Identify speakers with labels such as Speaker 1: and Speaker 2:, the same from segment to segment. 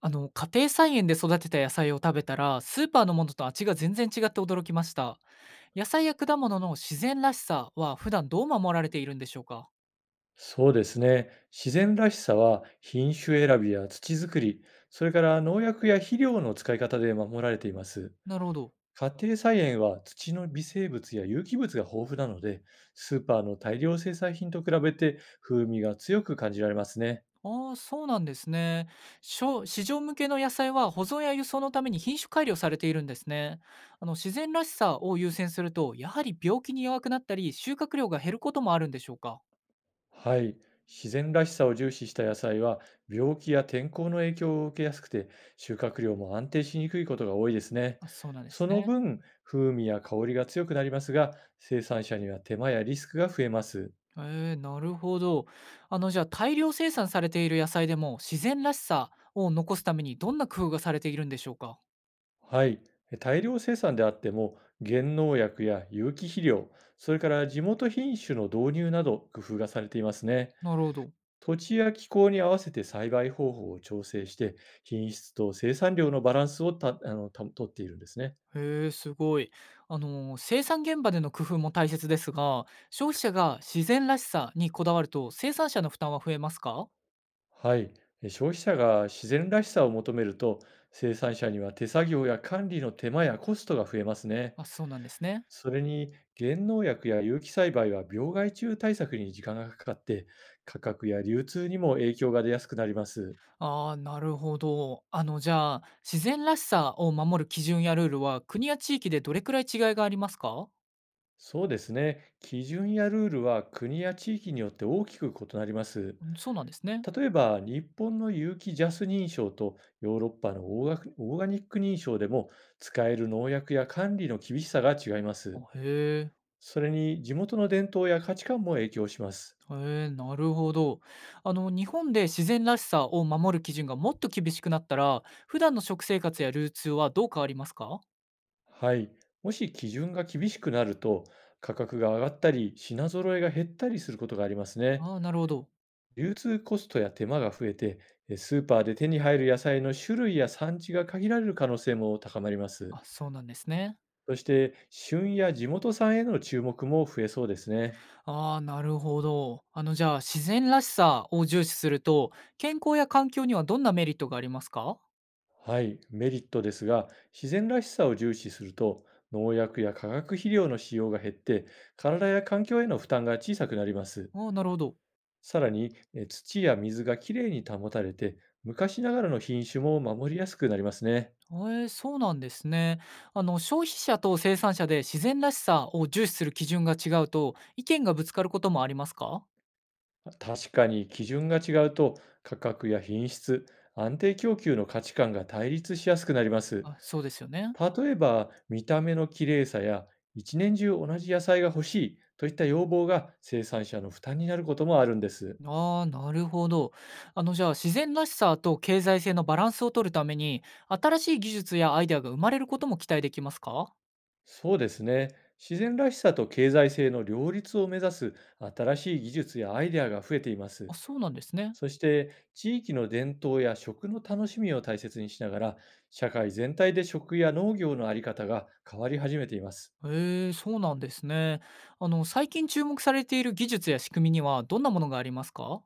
Speaker 1: 家庭菜園で育てた野菜を食べたら、スーパーのものと味が全然違って驚きました。野菜や果物の自然らしさは普段どう守られているんでしょうか。
Speaker 2: そうですね。自然らしさは品種選びや土作り、それから農薬や肥料の使い方で守られています。
Speaker 1: なるほど。
Speaker 2: 家庭菜園は土の微生物や有機物が豊富なので、スーパーの大量生産品と比べて風味が強く感じられますね。
Speaker 1: ああ、そうなんですね。市場向けの野菜は保存や輸送のために品種改良されているんですね。自然らしさを優先すると、やはり病気に弱くなったり、収穫量が減ることもあるんでしょうか。
Speaker 2: はい。自然らしさを重視した野菜は、病気や天候の影響を受けやすくて、収穫量も安定しにくいことが多いですね。
Speaker 1: あ、そうなんです
Speaker 2: その
Speaker 1: ね。
Speaker 2: 分、風味や香りが強くなりますが、生産者には手間やリスクが増えます。
Speaker 1: ええ、なるほど。じゃあ、大量生産されている野菜でも、自然らしさを残すために、どんな工夫がされているんでしょうか？
Speaker 2: はい。大量生産であっても、減農薬や有機肥料、それから地元品種の導入など工夫がされていますね。
Speaker 1: なるほど。
Speaker 2: 土地や気候に合わせて栽培方法を調整して、品質と生産量のバランスをたあのたとっているんですね。
Speaker 1: へえ、すごい。生産現場での工夫も大切ですが、消費者が自然らしさにこだわると、生産者の負担は増えますか？
Speaker 2: はい、消費者が自然らしさを求めると、生産者には手作業や管理の手間やコストが増えますね。
Speaker 1: あ、そうなんですね。
Speaker 2: それに、原農薬や有機栽培は病害虫対策に時間がかかって、価格や流通にも影響が出やすくなります。
Speaker 1: ああ、なるほど。じゃあ、自然らしさを守る基準やルールは、国や地域でどれくらい違いがありますか？
Speaker 2: そうですね、基準やルールは国や地域によって大きく異なります。
Speaker 1: うん、そうなんですね。
Speaker 2: 例えば、日本の有機ジャス認証とヨーロッパのオーガニック認証でも、使える農薬や管理の厳しさが違いま
Speaker 1: あ、
Speaker 2: す。
Speaker 1: へえ。
Speaker 2: それに地元の伝統や価値観も影響します。
Speaker 1: へえ、なるほど。日本で自然らしさを守る基準がもっと厳しくなったら、普段の食生活や流通はどう変わりますか。
Speaker 2: はい。もし基準が厳しくなると、価格が上がったり、品揃えが減ったりすることがありますね。
Speaker 1: ああ、なるほど。
Speaker 2: 流通コストや手間が増えて、スーパーで手に入る野菜の種類や産地が限られる可能性も高まります。
Speaker 1: あ、そうなんですね。
Speaker 2: そして、旬や地元産への注目も増えそうですね。
Speaker 1: ああ、なるほど。じゃあ、自然らしさを重視すると、健康や環境にはどんなメリットがありますか。
Speaker 2: はい。メリットですが、自然らしさを重視すると、農薬や化学肥料の使用が減って、体や環境への負担が小さくなります。
Speaker 1: ああ、なるほど。
Speaker 2: さらに、土や水がきれいに保たれて、昔ながらの品種も守りやすくなりますね。
Speaker 1: ええ、そうなんですね。消費者と生産者で自然らしさを重視する基準が違うと、意見がぶつかることもありますか。
Speaker 2: 確かに基準が違うと、価格や品質、安定供給の価値観が対立しやすくなります。
Speaker 1: あ、そうですよね。
Speaker 2: 例えば、見た目の綺麗さや、一年中同じ野菜が欲しいといった要望が生産者の負担になることもあるんです。
Speaker 1: ああ、なるほど。じゃあ、自然らしさと経済性のバランスを取るために、新しい技術やアイデアが生まれることも期待できますか。
Speaker 2: そうですね。自然らしさと経済性の両立を目指す新しい技術やアイデアが増えていま
Speaker 1: あ、
Speaker 2: す。
Speaker 1: そうなんですね。
Speaker 2: そして地域の伝統や食の楽しみを大切にしながら、社会全体で食や農業のあり方が変わり始めています。
Speaker 1: へえ、そうなんですね。最近注目されている技術や仕組みには、どんなものがありますか。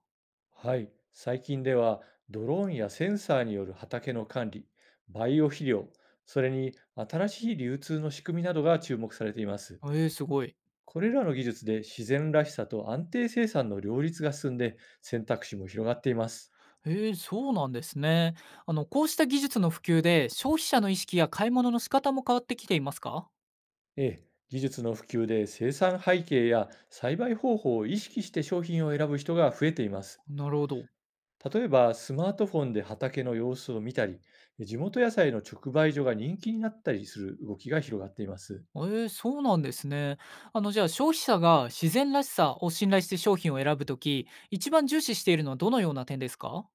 Speaker 2: はい、最近ではドローンやセンサーによる畑の管理、バイオ肥料、それに新しい流通の仕組みなどが注目されています。
Speaker 1: へえ、すごい。
Speaker 2: これらの技術で自然らしさと安定生産の両立が進んで、選択肢も広がっています。
Speaker 1: へえ、そうなんですね。こうした技術の普及で、消費者の意識や買い物の仕方も変わってきていますか。
Speaker 2: ええ、技術の普及で生産背景や栽培方法を意識して商品を選ぶ人が増えています。
Speaker 1: なるほど。
Speaker 2: 例えば、スマートフォンで畑の様子を見たり、地元野菜の直売所が人気になったりする動きが広がっています。
Speaker 1: ええ、そうなんですね。じゃあ、消費者が自然らしさを信頼して商品を選ぶとき、一番重視しているのはどのような点ですか？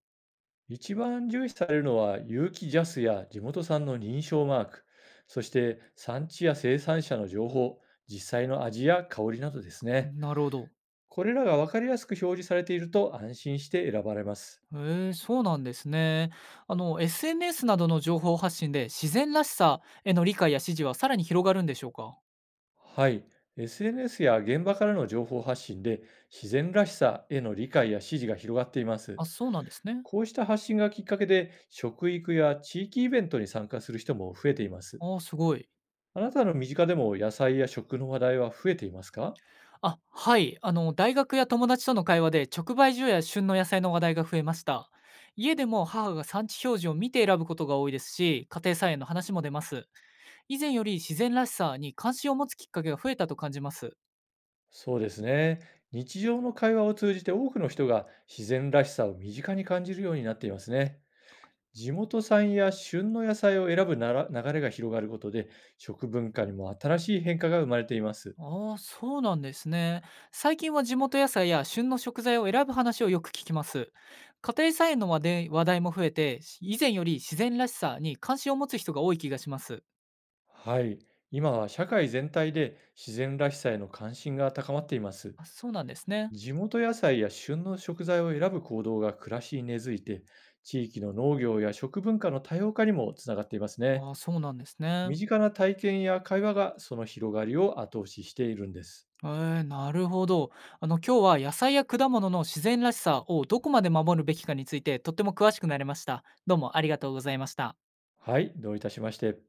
Speaker 2: 一番重視されるのは、有機ジャスや地元産の認証マーク、そして産地や生産者の情報、実際の味や香りなどですね。
Speaker 1: なるほど。
Speaker 2: これらが分かりやすく表示されていると、安心して選ばれます。
Speaker 1: ええ、そうなんですね。SNS などの情報発信で、自然らしさへの理解や支持はさらに広がるんでしょうか？
Speaker 2: はい。SNS や現場からの情報発信で、自然らしさへの理解や支持が広がっていま
Speaker 1: あ、
Speaker 2: す。
Speaker 1: そうなんですね。
Speaker 2: こうした発信がきっかけで、食育や地域イベントに参加する人も増えています。
Speaker 1: ああ、すごい。
Speaker 2: あなたの身近でも野菜や食の話題は増えていますか？
Speaker 1: あ、はい。大学や友達との会話で、直売所や旬の野菜の話題が増えました。家でも母が産地表示を見て選ぶことが多いですし、家庭菜園の話も出ます。以前より自然らしさに関心を持つきっかけが増えたと感じます。
Speaker 2: そうですね。日常の会話を通じて、多くの人が自然らしさを身近に感じるようになっていますね。地元産や旬の野菜を選ぶなら流れが広がることで、食文化にも新しい変化が生まれています。
Speaker 1: ああ、そうなんですね。最近は地元野菜や旬の食材を選ぶ話をよく聞きます。家庭菜園の話で話題も増えて、以前より自然らしさに関心を持つ人が多い気がします。
Speaker 2: はい。今は社会全体で自然らしさへの関心が高まっています。
Speaker 1: あ、そうなんですね。
Speaker 2: 地元野菜や旬の食材を選ぶ行動が暮らしに根付いて、地域の農業や食文化の多様化にもつながっていますね。
Speaker 1: ああ、そうなんですね。
Speaker 2: 身近な体験や会話が、その広がりを後押ししているんです。
Speaker 1: えなるほど。今日は野菜や果物の自然らしさをどこまで守るべきかについてとっても詳しくなれました。どうもありがとうございました。
Speaker 2: はい、どういたしまして。